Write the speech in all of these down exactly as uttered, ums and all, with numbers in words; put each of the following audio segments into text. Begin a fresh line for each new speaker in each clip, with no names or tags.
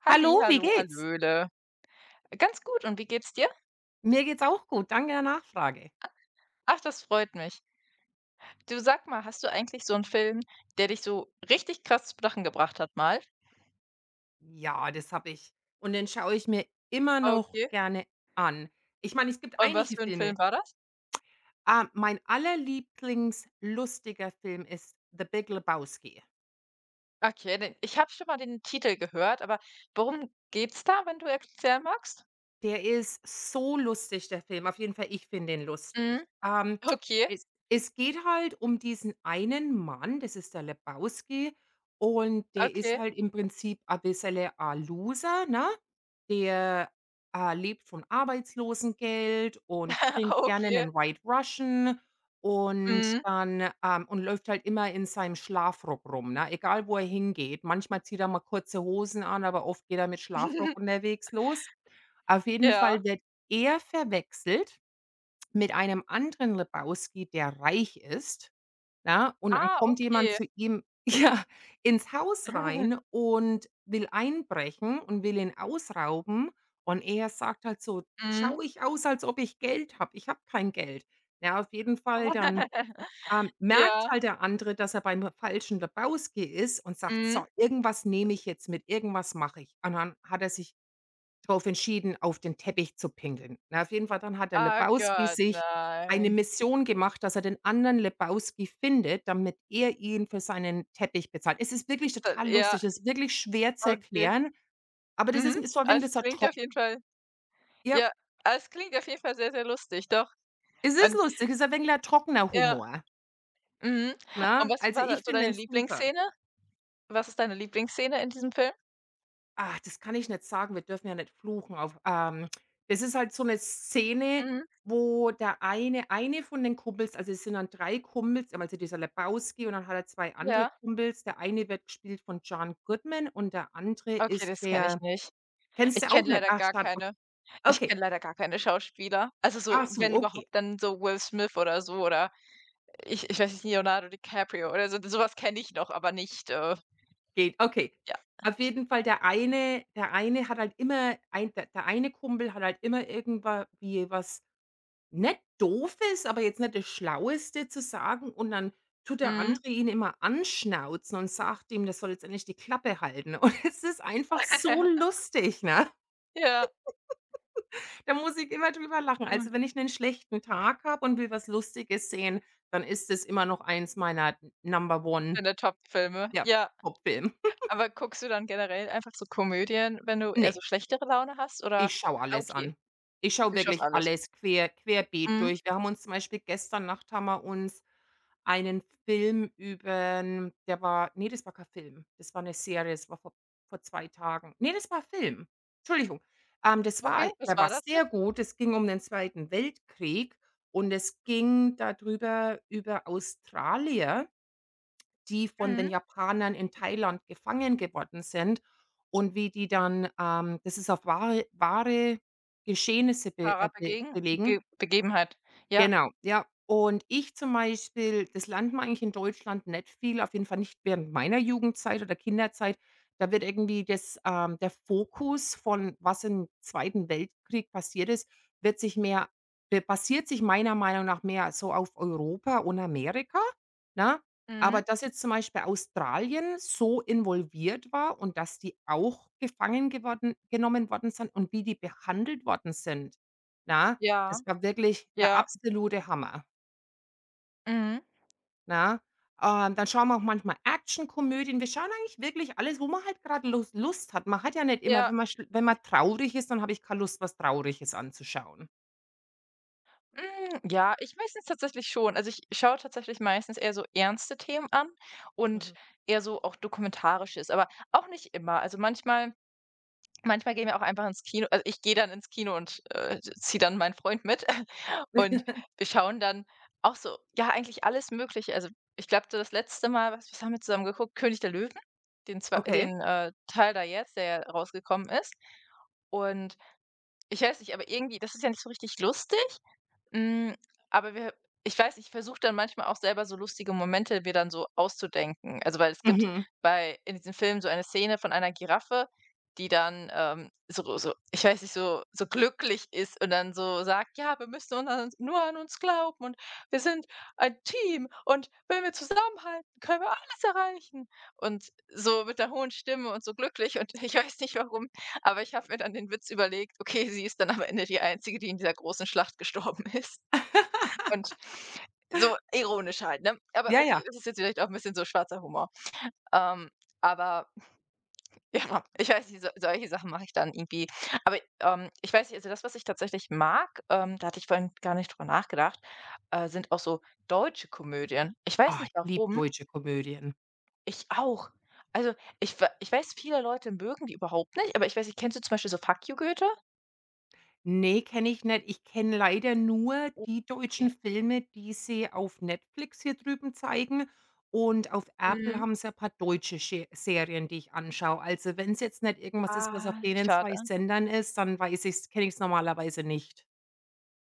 Halli,
Hallo, wie
hallo,
geht's?
hallöle. Ganz gut, und wie geht's dir?
Mir geht's auch gut, danke der Nachfrage.
Ach, das freut mich. Du sag mal, hast du eigentlich so 'n Film, der dich so richtig krass zum Lachen gebracht hat mal?
Ja, das habe ich. Und den schaue ich mir immer noch
Okay.
gerne an. Ich meine, es gibt
Und was
einige
für 'n
Filme.
Film war das?
Ah, mein allerlieblingslustiger Film ist „The Big Lebowski“.
Okay, den ich habe schon mal den Titel gehört, aber worum geht's da, wenn du erklären magst?
Der ist so lustig, der Film. Auf jeden Fall, ich finde ihn lustig.
Mhm.
Ähm,
Okay,
es es geht halt um diesen einen Mann, das ist der Lebowski, und der ist
okay,
halt im Prinzip ein bisschen ein Loser, ne? Der, äh, lebt von Arbeitslosengeld und trinkt gerne
okay.
einen White Russian und
Mhm.
dann, ähm und läuft halt immer in seinem Schlafrock rum, ne? Egal, wo er hingeht. Manchmal zieht er mal kurze Hosen an, aber oft geht er mit Schlafrock unterwegs los. Auf jeden Fall
Ja.
wird er verwechselt mit einem anderen Lebowski, der reich ist, ne? Und dann
Ah,
kommt jemand
okay.
zu ihm ja, ins Haus rein und will einbrechen und will ihn ausrauben. Und er sagt halt so:
Mhm.
"Schau, ich aus, als ob ich Geld habe? Ich habe kein Geld.“ Ja, auf jeden Fall dann, ähm, merkt
Ja.
halt der andere, dass er beim falschen Lebowski ist und sagt: „So,
Mhm.
irgendwas nehme ich jetzt mit, irgendwas mache ich.“ Und dann hat er sich drauf entschieden, auf den Teppich zu pinkeln. Na, auf jeden Fall, dann hat der
Ah
Lebowski
Gott,
sich eine
nein.
Mission gemacht, dass er den anderen Lebowski findet, damit er ihn für seinen Teppich bezahlt. Es ist wirklich
Da
total
ja,
lustig. Es ist wirklich schwer zu
okay.
erklären, aber das ist
Mhm.
ist so ein
Ah,
wenig
es
dieser
klingt auf
trock
jeden Fall
ja,
ja, ah, Es klingt auf jeden Fall sehr, sehr lustig, doch.
es ist
Und
lustig, es ist ein wenig 'n trockener
ja,
Humor,
mhm. Und
ne?
was
Also,
war da
ich
so
finde
deine
den super.
Lieblingsszene? Was ist deine Lieblingsszene in diesem Film?
Ach, das kann ich nicht sagen. Wir dürfen ja nicht fluchen auf ähm, das ist halt so eine Szene,
Mhm.
wo der eine eine von den Kumpels also, es sind dann drei Kumpels, einmal so dieser Lebowski und dann hat er zwei andere
Ja.
Kumpels. Der eine wird gespielt von John Goodman und der andere
Okay,
ist
das kenne ich
der
nicht.
kennst
Ich
du auch
kenne
nicht?
leider
Ach,
gar
schade, okay.
keine Ich
Okay.
kenne leider gar keine Schauspieler. Also
Ach
so,
so,
wenn
okay,
überhaupt, dann so Will Smith oder so. Oder ich ich weiß nicht, Leonardo DiCaprio oder so, sowas kenne ich noch, aber nicht, äh
geht, okay.
ja.
Auf jeden Fall der eine der eine hat halt immer ein der der eine Kumpel hat halt immer irgendwie was Nicht Doofes, aber jetzt nicht das Schlaueste zu sagen und dann tut der
Mhm.
andere ihn immer anschnauzen und sagt ihm, der soll jetzt endlich die Klappe halten. Und es ist einfach so lustig, ne?
Ja.
Da muss ich immer drüber lachen.
Mhm,
Also, wenn ich einen schlechten Tag habe und will was Lustiges sehen, dann ist es immer noch eins meiner Number One,
deine Top-Filme.
ja,
Ja.
Top-Film.
Aber guckst du dann generell einfach so Komödien, wenn du eher so schlechtere Laune hast, oder?
Ich schaue
Ah,
alles
okay,
an. Ich schaue
du schaust
wirklich
alles.
alles quer querbeet
Mhm.
durch. Wir haben uns zum Beispiel gestern Nacht haben wir uns einen Film übern der war nee, das war kein Film. Das war eine Serie, das war vor vor zwei Tagen. Nee, das war Film. Entschuldigung. Ähm, das war
Okay, was
der war
war das denn?
sehr gut. Es ging um den Zweiten Weltkrieg und es ging darüber über Australier, die von den
Mhm.
Japanern in Thailand gefangen geworden sind und wie die dann, ähm das ist auf wahre wahre Geschehnisse be
Wahrer
äh, be
Begegen Ge
belegen.
Begebenheit. Ja.
Genau, ja. Und ich zum Beispiel das lernt man eigentlich in Deutschland nicht viel, auf jeden Fall nicht während meiner Jugendzeit oder Kinderzeit. Da wird irgendwie das ähm, der Fokus von was im Zweiten Weltkrieg passiert ist, wird sich mehr der basiert sich meiner Meinung nach mehr so auf Europa und Amerika, ne?
Mhm.
Aber dass jetzt zum Beispiel Australien so involviert war und dass die auch gefangen geworden genommen worden sind und wie die behandelt worden sind, na.
Ja,
Das war wirklich der
ja.
absolute Hammer,
Mhm.
ne? Ähm, dann schauen wir auch manchmal Actionkomödien. Wir schauen eigentlich wirklich alles, wo man halt grad Lus Lust hat. Man hat ja nicht immer wenn
Ja.
man schl wenn man traurig ist, dann habe ich keine Lust, was Trauriges anzuschauen.
Hm, ja, ich meistens tatsächlich schon. Also, ich schaue tatsächlich meistens eher so ernste Themen an und
Mhm.
eher so auch Dokumentarisches, aber auch nicht immer. Also, manchmal Manchmal gehen wir auch einfach ins Kino. Also, ich gehe dann ins Kino und, äh, ziehe dann meinen Freund mit und wir schauen dann auch so, ja, eigentlich alles Mögliche. Also, ich glaube, das letzte Mal, was was haben wir zusammen geguckt? König der Löwen, den zwei
Okay.
den, äh, Teil da jetzt, der rausgekommen ist. Und ich weiß nicht, aber irgendwie, das ist ja nicht so richtig lustig, hm, aber wir ich weiß ich versuche dann manchmal auch selber so lustige Momente mir dann so auszudenken. Also, weil es gibt
Mhm.
bei in diesem Film so eine Szene von einer Giraffe, die dann, ähm, so so, ich weiß nicht, so so glücklich ist und dann so sagt: „Ja, wir müssen nur an uns nur an uns glauben, und wir sind ein Team, und wenn wir zusammenhalten, können wir alles erreichen." Und so mit der hohen Stimme und so glücklich und ich weiß nicht warum, aber ich habe mir dann den Witz überlegt: „Okay, sie ist dann am Ende die Einzige, die in dieser großen Schlacht gestorben ist." Und so ironisch halt, ne? Aber
Ja,
okay,
ja.
das ist jetzt vielleicht auch ein bisschen so schwarzer Humor. Ähm, aber ja, ich weiß nicht, so solche Sachen mache ich dann irgendwie. Ähm, ich weiß nicht, also das, was ich tatsächlich mag, ähm, da hatte ich vorhin gar nicht drüber nachgedacht, äh, sind auch so deutsche Komödien. Ich weiß
Ah,
nicht
ich liebe
warum,
deutsche Komödien.
ich auch. Also, ich wei ich weiß, viele Leute mögen die überhaupt nicht, aber ich weiß nicht, kennst du zum Beispiel so „Fuck you, Goethe"?
Ne, kenne ich nicht. Ich kenne leider nur
Oh,
die
okay.
deutschen Filme, die sie auf Netflix hier drüben zeigen und auf Apple
Mhm.
haben sie ein paar deutsche Sche Serien, die ich anschaue. Also, wenn's jetzt nicht irgendwas ist, was auf
Ah,
denen zwei
schade.
Sendern ist, dann weiß ich's kenne ich's normalerweise nicht.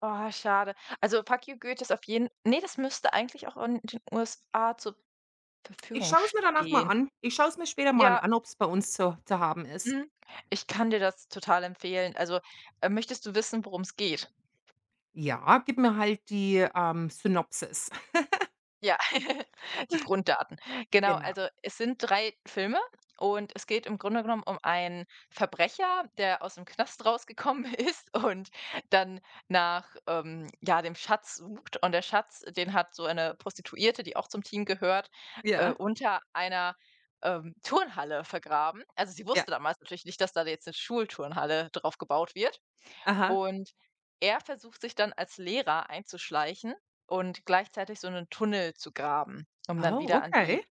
Oh, schade. Also, „Fuck you, Goethe" ist auf jeden nee, das müsste eigentlich auch in den U S A zur
Ich
Verfügung
schaue es mir danach mal
stehen.
an. Ich schaue es mir später mal
Ja,
an, ob's bei uns zu zu haben ist.
mhm. Ich kann dir das total empfehlen. Also, äh, möchtest du wissen, worum's geht?
Ja, gib mir halt die, ähm, Synopsis.
Ja, die Grunddaten. Genau,
Genau.
also es sind drei Filme, und es geht im Grunde genommen um einen Verbrecher, der aus dem Knast rausgekommen ist und dann nach, ähm, ja, dem Schatz sucht. Und der Schatz, den hat so eine Prostituierte, die auch zum Team gehört, äh,
Ja,
unter einer, ähm, Turnhalle vergraben. Also sie
ja.
wusste damals natürlich nicht, dass da jetzt eine Schulturnhalle drauf gebaut wird.
Aha.
Und er versucht sich dann als Lehrer einzuschleichen und gleichzeitig so einen Tunnel zu graben, um dann
Oh,
wieder an die
okay.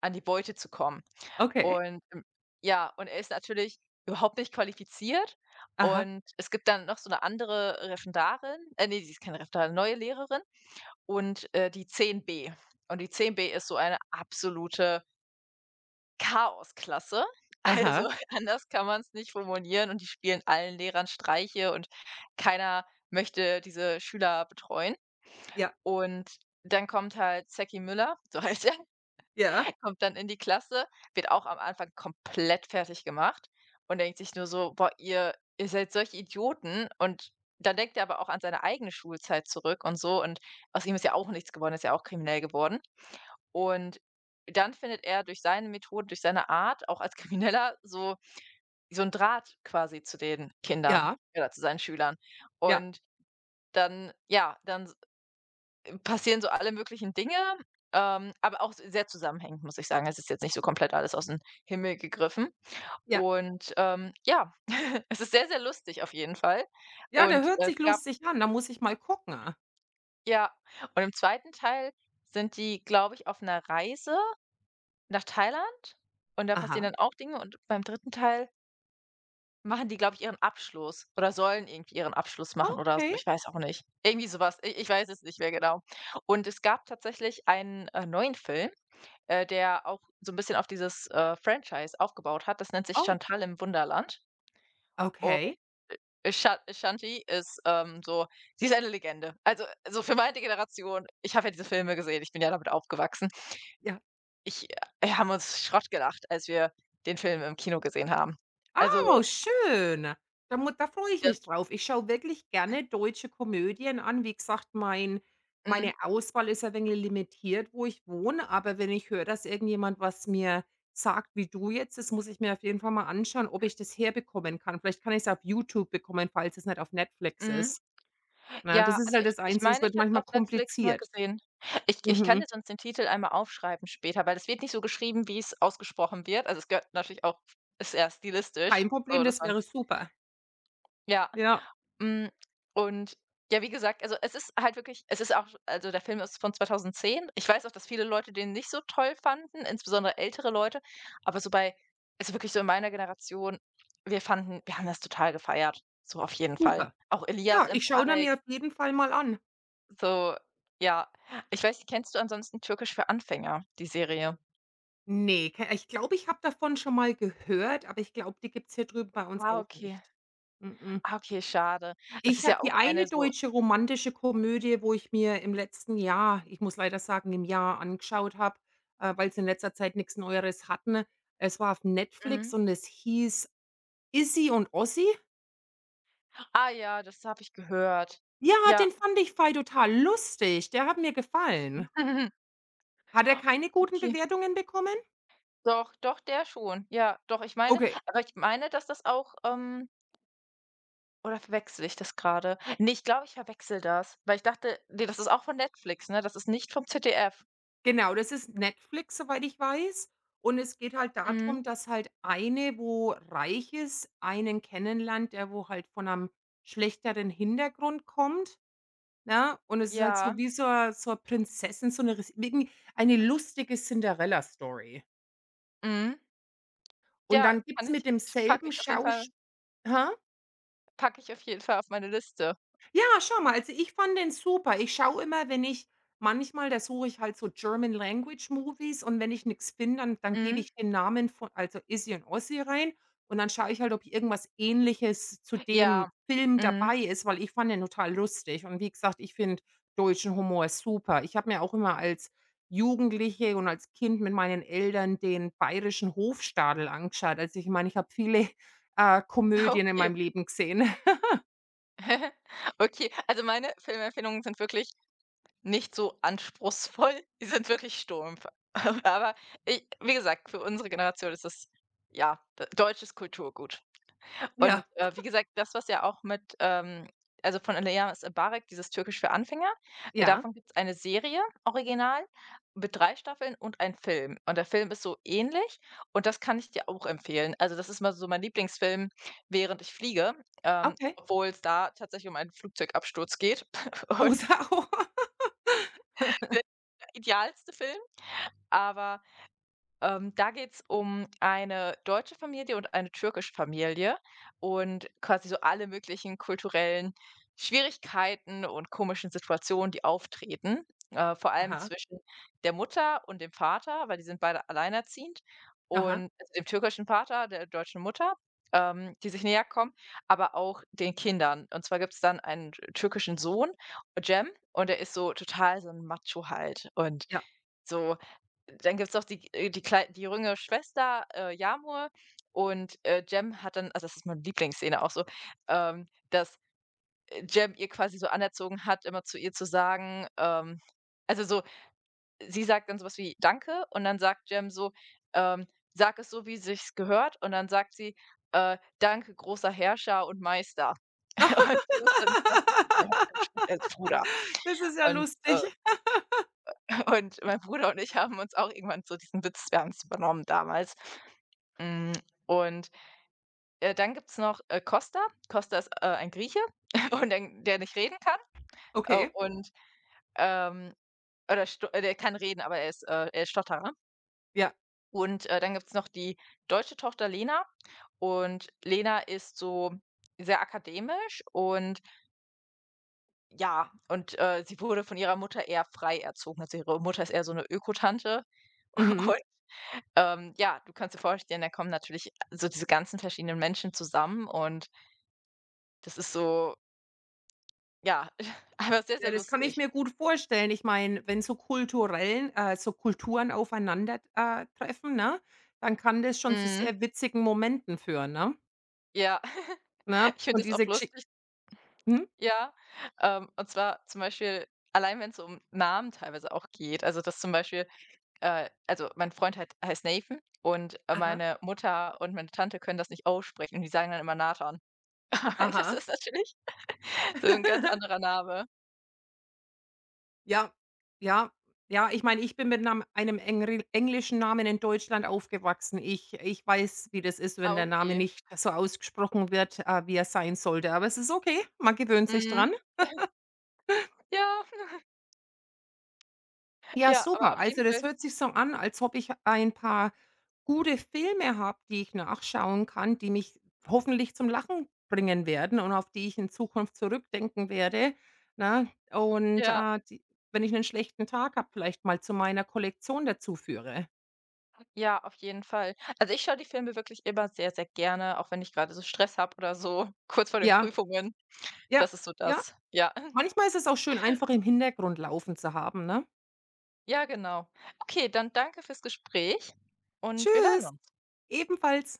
an die Beute zu kommen.
Okay.
Und, ähm ja, und er ist natürlich überhaupt nicht qualifiziert,
Aha.
und es gibt dann noch so eine andere Referendarin, äh, ne, sie ist keine Referendarin, neue Lehrerin und, äh, die zehn b Und die zehn b ist so eine absolute Chaosklasse. Also,
Aha.
anders kann man es nicht formulieren, und die spielen allen Lehrern Streiche, und keiner möchte diese Schüler betreuen.
Ja,
Und dann kommt halt Zeki Müller, so heißt er,
ja,
der kommt dann in die Klasse, wird auch am Anfang komplett fertig gemacht und denkt sich nur so: „Boah, ihr ihr seid solche Idioten." Und dann denkt er aber auch an seine eigene Schulzeit zurück und so, und aus ihm ist ja auch nichts geworden, ist ja auch kriminell geworden. Und dann findet er durch seine Methoden, durch seine Art, auch als Krimineller, so so einen Draht quasi zu den Kindern
ja.
oder zu seinen Schülern.
Ja,
Und dann, ja, dann s passieren so alle möglichen Dinge, ähm, aber auch sehr zusammenhängend, muss ich sagen. Es ist jetzt nicht so komplett alles aus dem Himmel gegriffen.
ja.
Und, ähm, ja, es ist sehr, sehr lustig auf jeden Fall.
Ja, der
Und
hört
es
sich
gab
lustig an, da muss ich mal gucken.
ja, und im zweiten Teil sind die, glaube ich, auf einer Reise nach Thailand, und da passieren
Aha.
dann auch Dinge, und beim dritten Teil machen die, glaube ich, ihren Abschluss oder sollen irgendwie ihren Abschluss machen oder
Okay.
so, ich weiß auch nicht. Irgendwie sowas, was, ich weiß es nicht mehr genau. Und es gab tatsächlich einen, äh, neuen Film, äh, der auch so ein bisschen auf dieses, äh, Franchise aufgebaut hat. Das nennt sich
Oh,
„Chantal im Wunderland", und
okay.
Chan Chanty ist, ähm, so Sie ist eine Legende. Also so für meine Generation, ich habe ja diese Filme gesehen, ich bin ja damit aufgewachsen.
Ja.
Ich wir haben uns Schrott gelacht, als wir den Film im Kino gesehen haben. Also,
Oh, schön. Da mu da freue ich
das
mich drauf. Ich schaue wirklich gerne deutsche Komödien an. Wie gesagt, mein meine
mhm,
Auswahl ist ein wenig limitiert, wo ich wohne, aber wenn ich höre, dass irgendjemand was mir sagt wie du jetzt, das muss ich mir auf jeden Fall mal anschauen, ob ich das herbekommen kann. Vielleicht kann ich es auf YouTube bekommen, falls es nicht auf Netflix
mhm.
ist. Na, das
Ja,
ist
also,
halt
ich
das
ich
Einzige, es
meine, ich
wird
habe es
manchmal
auf Netflix mal
kompliziert.
gesehen. Ich ich kann
Mhm.
dir sonst den Titel einmal aufschreiben später, weil es wird nicht so geschrieben, wie es ausgesprochen wird. Also, es gehört natürlich auch. Ist eher stilistisch,
Kein
so
Problem,
dass
das
man,
wäre super.
ja.
Ja,
Hm, und, ja, wie gesagt, also, es ist halt wirklich, es ist auch also, der Film ist von zwanzig zehn. Ich weiß auch, dass viele Leute den nicht so toll fanden, insbesondere ältere Leute. Aber so bei also, wirklich so in meiner Generation, wir fanden wir haben das total gefeiert, so auf jeden Fall.
super.
Auch Elias
Ja, ich schaue da
Embarek,
mir auf jeden Fall mal an.
so, ja. Ich weiß nicht, kennst du ansonsten „Türkisch für Anfänger", die Serie?
Ne, ke ich glaube, ich habe davon schon mal gehört, aber ich glaube, die gibt's hier drüben bei uns
Ah,
auch
okay.
nicht. Mm-mm.
Ah, okay, schade. Es
Ich
ist
habe
ja
die
auch
eine
eine, so,
deutsche romantische Komödie, wo ich mir im letzten Jahr ich muss leider sagen, im Jahr angeschaut habe, äh, weil's in letzter Zeit nix Neueres hatten. Es war auf Netflix
mhm.
und es hieß „Issy und Ossi“.
Ah ja, das habe ich gehört.
Ja,
Ja.
den fand ich fei total lustig. Der hat mir gefallen. Hat er keine guten
Okay.
Bewertungen bekommen?
Doch, doch, der schon. Ja, doch, ich meine,
Okay,
aber ich meine, dass das auch, ähm oder verwechsle ich das gerade? Ne, ich glaube, ich verwechsle das, weil ich dachte, ne, das ist auch von Netflix, ne? Das ist nicht vom Z D F.
genau, das ist Netflix, soweit ich weiß. Und es geht halt
Mhm.
darum, dass halt eine, wo reich ist, einen kennenlernt, der wo halt von einem schlechteren Hintergrund kommt, ne? Und es ist halt so
Ja.
wie so 'n so 'n Prinzessin, so 'ne ris irgend eine lustige Cinderella Story.
Mhm.
Und
Ja,
dann gibt's
kann ich
mit
packe
demselben
ich auf jeden Fall
Schausch
packe ich auf jeden Fall auf meine Liste.
ja, schau mal, also ich fand den super. Ich schaue immer, wenn ich manchmal, da suche ich halt so German Language Movies und wenn ich nix finde, dann dann gebe
Mhm.
ich den Namen von also Izzy und Ozzy rein und dann schaue ich halt, ob irgendwas Ähnliches zu dem
Ja.
Film
Mhm.
dabei ist, weil ich fand den total lustig und wie gesagt, ich finde deutschen Humor super. Ich habe mir auch immer als Jugendliche und als Kind mit meinen Eltern den Bayerischen Hofstadel angeschaut. Also ich meine, ich habe viele, äh, Komödien in
Okay.
meinem Leben gesehen.
Okay, also meine Filmempfehlungen sind wirklich nicht so anspruchsvoll, die sind wirklich stumpf. Aber i wie gesagt, für unsere Generation ist es, ja, d deutsches Kulturgut. Und,
Ja,
äh, wie gesagt, das, was ja auch mit, ähm also, von Alejas Embarek, dieses Türkisch für Anfänger, äh,
ja,
davon gibt es eine Serie original mit drei Staffeln und ein Film. Und der Film ist so ähnlich, und das kann ich dir auch empfehlen. Also, das ist mal so mein Lieblingsfilm, während ich fliege, ähm,
okay.
obwohl es da tatsächlich um einen Flugzeugabsturz geht
Oh,
und
Sau.
der idealste Film. Aber, ähm, da geht's um eine deutsche Familie und eine türkische Familie und quasi so alle möglichen kulturellen Schwierigkeiten und komischen Situationen, die auftreten, äh, vor allem
Aha,
zwischen der Mutter und dem Vater, weil die sind beide alleinerziehend
aha,
und also dem türkischen Vater, der deutschen Mutter, ähm, die sich näherkommen, aber auch den Kindern. Und zwar gibt's dann einen türkischen Sohn, Cem, und der ist so total so ein Macho halt und
ja.
so. Dann gibt's doch die, äh, die klei die jüngere Schwester, äh, Yamur, und, äh, Jem hat dann, also, das ist meine Lieblingsszene auch so, ähm, dass, äh, Jem ihr quasi so anerzogen hat, immer zu ihr zu sagen, ähm also, so, sie sagt dann so was wie: „Danke", und dann sagt Jem so, ähm: „Sag es so, wie sich's gehört", und dann sagt sie, äh: „Danke, großer Herrscher und Meister." Und so ist dann das, ja, als Bruder
Das ist ja
und, äh
lustig.
Und mein Bruder und ich haben uns auch irgendwann so diesen Witz wir haben's übernommen damals. Hm, und, äh, dann gibt's noch, äh, Costa. Costa ist, äh, ein Grieche und ein der nicht reden kann, äh,
Okay,
und, ähm oder sto äh, der kann reden, aber er ist, äh er ist Stotterer.
ja,
Und, äh, dann gibt's noch die deutsche Tochter Lena, und Lena ist so sehr akademisch, und ja, und, äh, sie wurde von ihrer Mutter eher frei erzogen. Also, ihre Mutter ist eher so eine Ökotante.
mhm.
Ähm, ja, du kannst dir vorstellen, da kommen natürlich, äh, so diese ganzen verschiedenen Menschen zusammen, und das ist so, ja, aber sehr,
Ja,
sehr
das kann ich
lustig.
mir gut vorstellen. Ich meine, wenn so kulturellen äh, so Kulturen aufeinander, äh, treffen, ne, dann kann das schon zu
Mhm.
sehr witzigen Momenten führen, ne?
Ja,
Ne?
ich finde
Und
das auch
diese Geschi
lustig,
mhm,
ja. Ähm, und zwar zum Beispiel, allein wenn es um Namen teilweise auch geht. Also, dass zum Beispiel, äh also, mein Freund halt heißt Nathan und, äh,
aha,
meine Mutter und meine Tante können das nicht aussprechen, und die sagen dann immer Nathan. Das
aha.
ist natürlich so ein ganz anderer Name.
Ja, ja, ja. Ich meine, ich bin mit 'nem einem engri englischen Namen in Deutschland aufgewachsen. Ich ich weiß, wie das ist, wenn
Ah,
der Name
okay.
nicht so ausgesprochen wird, äh, wie er sein sollte. Aber es ist okay, man gewöhnt sich
Mhm.
dran.
Ja.
Ja,
Ja, aber
super.
auf
Also,
jeden
das
Fall,
hört sich so an, als ob ich ein paar gute Filme habe, die ich nachschauen kann, die mich hoffentlich zum Lachen bringen werden und auf die ich in Zukunft zurückdenken werde, ne? Und,
ja,
äh, die wenn ich einen schlechten Tag habe, vielleicht mal zu meiner Kollektion dazu führe.
ja, auf jeden Fall. Also, ich schaue die Filme wirklich immer sehr, sehr gerne, auch wenn ich gerade so Stress habe oder so, kurz vor den
Ja,
Prüfungen.
ja,
Das ist so
ja.
das. Ja.
Manchmal ist es auch schön, einfach im Hintergrund laufen zu haben, ne?
Ja, genau. Okay, dann danke fürs Gespräch, und wir hören
Tschüss,
uns.
ebenfalls.